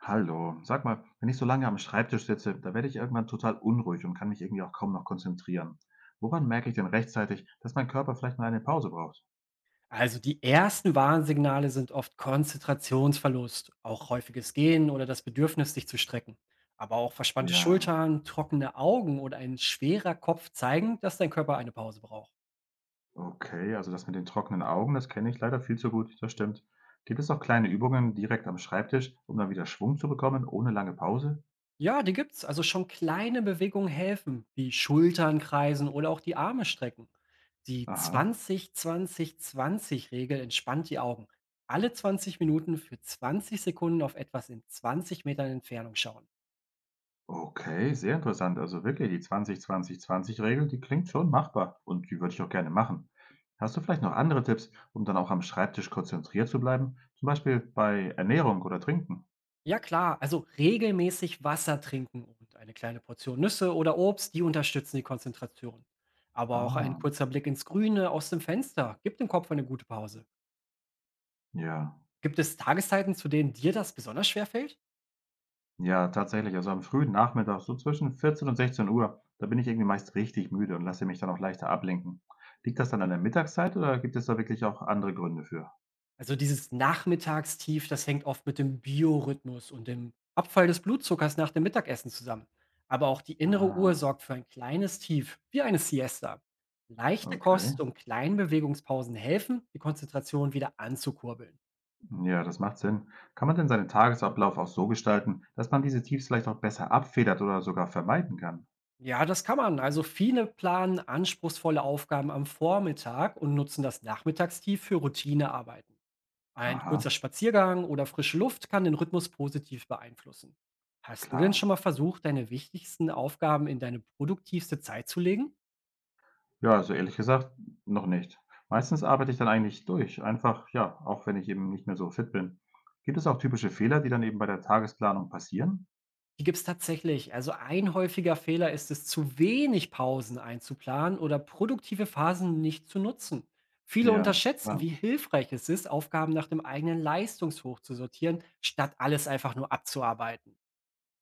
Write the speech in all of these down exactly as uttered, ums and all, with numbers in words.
Hallo, sag mal, wenn ich so lange am Schreibtisch sitze, da werde ich irgendwann total unruhig und kann mich irgendwie auch kaum noch konzentrieren. Woran merke ich denn rechtzeitig, dass mein Körper vielleicht mal eine Pause braucht? Also die ersten Warnsignale sind oft Konzentrationsverlust, auch häufiges Gehen oder das Bedürfnis, sich zu strecken. Aber auch verspannte Ja, Schultern, trockene Augen oder ein schwerer Kopf zeigen, dass dein Körper eine Pause braucht. okay, also das mit den trockenen Augen, das kenne ich leider viel zu gut, das stimmt. Gibt es auch kleine Übungen direkt am Schreibtisch, um dann wieder Schwung zu bekommen, ohne lange Pause? Ja, die gibt's. Also schon kleine Bewegungen helfen, wie Schultern kreisen oder auch die Arme strecken. Die Aha. zwanzig zwanzig-zwanzig-Regel entspannt die Augen. Alle zwanzig Minuten für zwanzig Sekunden auf etwas in zwanzig Metern Entfernung schauen. Okay, sehr interessant. Also wirklich, die zwanzig zwanzig zwanzig Regel, die klingt schon machbar und die würde ich auch gerne machen. Hast du vielleicht noch andere Tipps, um dann auch am Schreibtisch konzentriert zu bleiben? Zum Beispiel bei Ernährung oder Trinken? Ja klar, also regelmäßig Wasser trinken und eine kleine Portion Nüsse oder Obst, die unterstützen die Konzentration. Aber auch ein Ah, kurzer Blick ins Grüne aus dem Fenster gibt dem Kopf eine gute Pause. ja. Gibt es Tageszeiten, zu denen dir das besonders schwer fällt? Ja, tatsächlich. Also am frühen Nachmittag, so zwischen vierzehn und sechzehn Uhr, da bin ich irgendwie meist richtig müde und lasse mich dann auch leichter ablenken. Liegt das dann an der Mittagszeit oder gibt es da wirklich auch andere Gründe für? Also dieses Nachmittagstief, das hängt oft mit dem Biorhythmus und dem Abfall des Blutzuckers nach dem Mittagessen zusammen. Aber auch die innere Uhr Ah, sorgt für ein kleines Tief, wie eine Siesta. Leichte okay. Kost und kleine Bewegungspausen helfen, die Konzentration wieder anzukurbeln. Ja, das macht Sinn. Kann man denn seinen Tagesablauf auch so gestalten, dass man diese Tiefs vielleicht auch besser abfedert oder sogar vermeiden kann? Ja, das kann man. Also viele planen anspruchsvolle Aufgaben am Vormittag und nutzen das Nachmittagstief für Routinearbeiten. Ein Aha, kurzer Spaziergang oder frische Luft kann den Rhythmus positiv beeinflussen. Hast du denn schon klar. mal versucht, deine wichtigsten Aufgaben in deine produktivste Zeit zu legen? Ja, also ehrlich gesagt, noch nicht. Meistens arbeite ich dann eigentlich durch, einfach, ja, auch wenn ich eben nicht mehr so fit bin. Gibt es auch typische Fehler, die dann eben bei der Tagesplanung passieren? Die gibt es tatsächlich. Also ein häufiger Fehler ist es, zu wenig Pausen einzuplanen oder produktive Phasen nicht zu nutzen. Viele Ja, unterschätzen, klar. wie hilfreich es ist, Aufgaben nach dem eigenen Leistungshoch zu sortieren, statt alles einfach nur abzuarbeiten.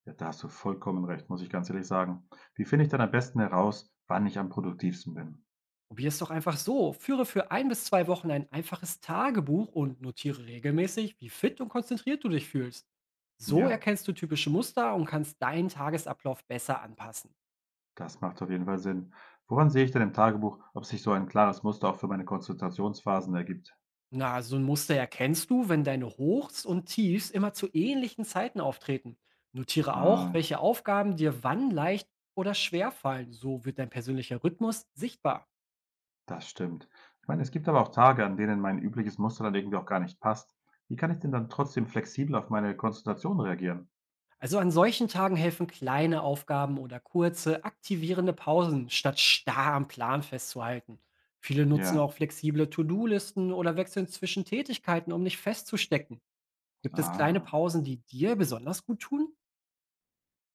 Ja, da hast du vollkommen recht, muss ich ganz ehrlich sagen. Wie finde ich dann am besten heraus, wann ich am produktivsten bin? Probier es doch einfach so. Führe für ein bis zwei Wochen ein einfaches Tagebuch und notiere regelmäßig, wie fit und konzentriert du dich fühlst. So Ja. erkennst du typische Muster und kannst deinen Tagesablauf besser anpassen. Das macht auf jeden Fall Sinn. Woran sehe ich denn im Tagebuch, ob sich so ein klares Muster auch für meine Konzentrationsphasen ergibt? Na, so ein Muster erkennst du, wenn deine Hochs und Tiefs immer zu ähnlichen Zeiten auftreten. Notiere auch, Ah, welche Aufgaben dir wann leicht oder schwer fallen. So wird dein persönlicher Rhythmus sichtbar. das stimmt. Ich meine, es gibt aber auch Tage, an denen mein übliches Muster dann irgendwie auch gar nicht passt. Wie kann ich denn dann trotzdem flexibel auf meine Konzentration reagieren? Also an solchen Tagen helfen kleine Aufgaben oder kurze, aktivierende Pausen, statt starr am Plan festzuhalten. Viele nutzen Ja, auch flexible To-Do-Listen oder wechseln zwischen Tätigkeiten, um nicht festzustecken. Gibt es kleine ah. Pausen, die dir besonders gut tun?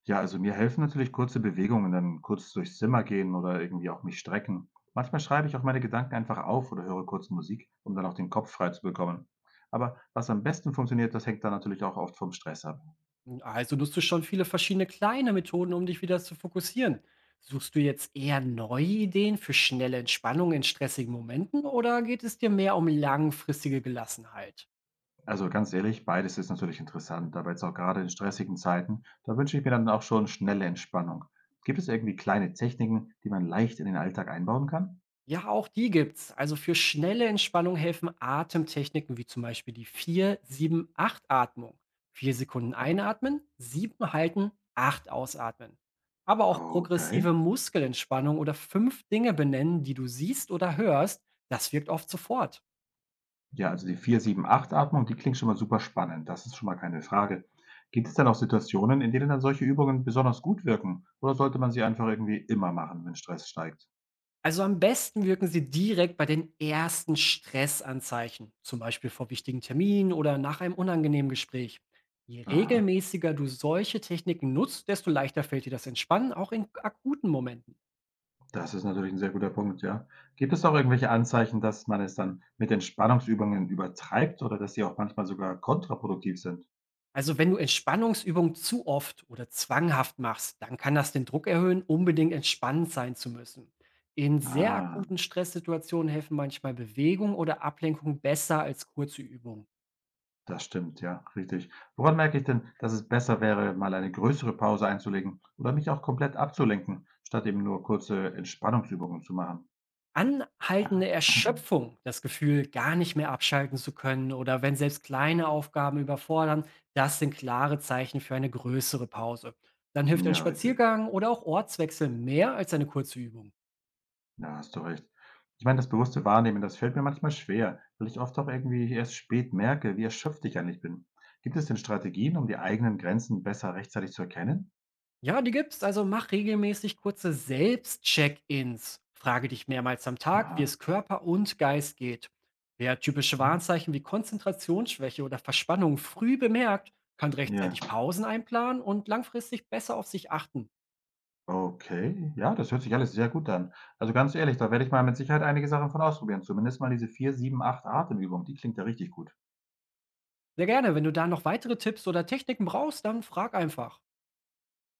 Ja, also mir helfen natürlich kurze Bewegungen, dann kurz durchs Zimmer gehen oder irgendwie auch mich strecken. Manchmal schreibe ich auch meine Gedanken einfach auf oder höre kurz Musik, um dann auch den Kopf frei zu bekommen. Aber was am besten funktioniert, das hängt dann natürlich auch oft vom Stress ab. Also nutzt du schon viele verschiedene kleine Methoden, um dich wieder zu fokussieren. Suchst du jetzt eher neue Ideen für schnelle Entspannung in stressigen Momenten oder geht es dir mehr um langfristige Gelassenheit? Also ganz ehrlich, beides ist natürlich interessant, aber jetzt auch gerade in stressigen Zeiten, da wünsche ich mir dann auch schon schnelle Entspannung. Gibt es irgendwie kleine Techniken, die man leicht in den Alltag einbauen kann? Ja, auch die gibt's. Also für schnelle Entspannung helfen Atemtechniken wie zum Beispiel die vier sieben acht atmung. Vier Sekunden einatmen, sieben halten, acht ausatmen. Aber auch Okay. progressive Muskelentspannung oder fünf Dinge benennen, die du siehst oder hörst, das wirkt oft sofort. Ja, also die vier sieben acht Atmung, die klingt schon mal super spannend. Das ist schon mal keine Frage. Gibt es dann auch Situationen, in denen dann solche Übungen besonders gut wirken? Oder sollte man sie einfach irgendwie immer machen, wenn Stress steigt? Also am besten wirken sie direkt bei den ersten Stressanzeichen, zum Beispiel vor wichtigen Terminen oder nach einem unangenehmen Gespräch. Je Aha. regelmäßiger du solche Techniken nutzt, desto leichter fällt dir das Entspannen, auch in akuten Momenten. Das ist natürlich 'n sehr guter Punkt, ja. Gibt es auch irgendwelche Anzeichen, dass man es dann mit Entspannungsübungen übertreibt oder dass sie auch manchmal sogar kontraproduktiv sind? Also wenn du Entspannungsübungen zu oft oder zwanghaft machst, dann kann das den Druck erhöhen, unbedingt entspannt sein zu müssen. In sehr Ah, akuten Stresssituationen helfen manchmal Bewegung oder Ablenkung besser als kurze Übungen. das stimmt, ja, richtig. Woran merke ich denn, dass es besser wäre, mal eine größere Pause einzulegen oder mich auch komplett abzulenken, statt eben nur kurze Entspannungsübungen zu machen? Anhaltende Erschöpfung, das Gefühl, gar nicht mehr abschalten zu können oder wenn selbst kleine Aufgaben überfordern, das sind klare Zeichen für eine größere Pause. Dann hilft ein Ja, richtig. Spaziergang oder auch Ortswechsel mehr als eine kurze Übung. Ja, hast du recht. Ich meine, das bewusste Wahrnehmen, das fällt mir manchmal schwer, weil ich oft auch irgendwie erst spät merke, wie erschöpft ich eigentlich bin. Gibt es denn Strategien, um die eigenen Grenzen besser rechtzeitig zu erkennen? Ja, die gibt's, also mach regelmäßig kurze Selbstcheck-ins. Frage dich mehrmals am Tag, wie Aha. es Körper und Geist geht. Wer typische Oh, Warnzeichen wie Konzentrationsschwäche oder Verspannung früh bemerkt, kann ja. rechtzeitig Pausen einplanen und langfristig besser auf sich achten. Okay. Ja, das hört sich alles sehr gut an. Also ganz ehrlich, da werde ich mal mit Sicherheit einige Sachen von ausprobieren. Zumindest mal diese vier, sieben, acht Atemübung, die klingt ja richtig gut. Sehr gerne. Wenn du da noch weitere Tipps oder Techniken brauchst, dann frag einfach.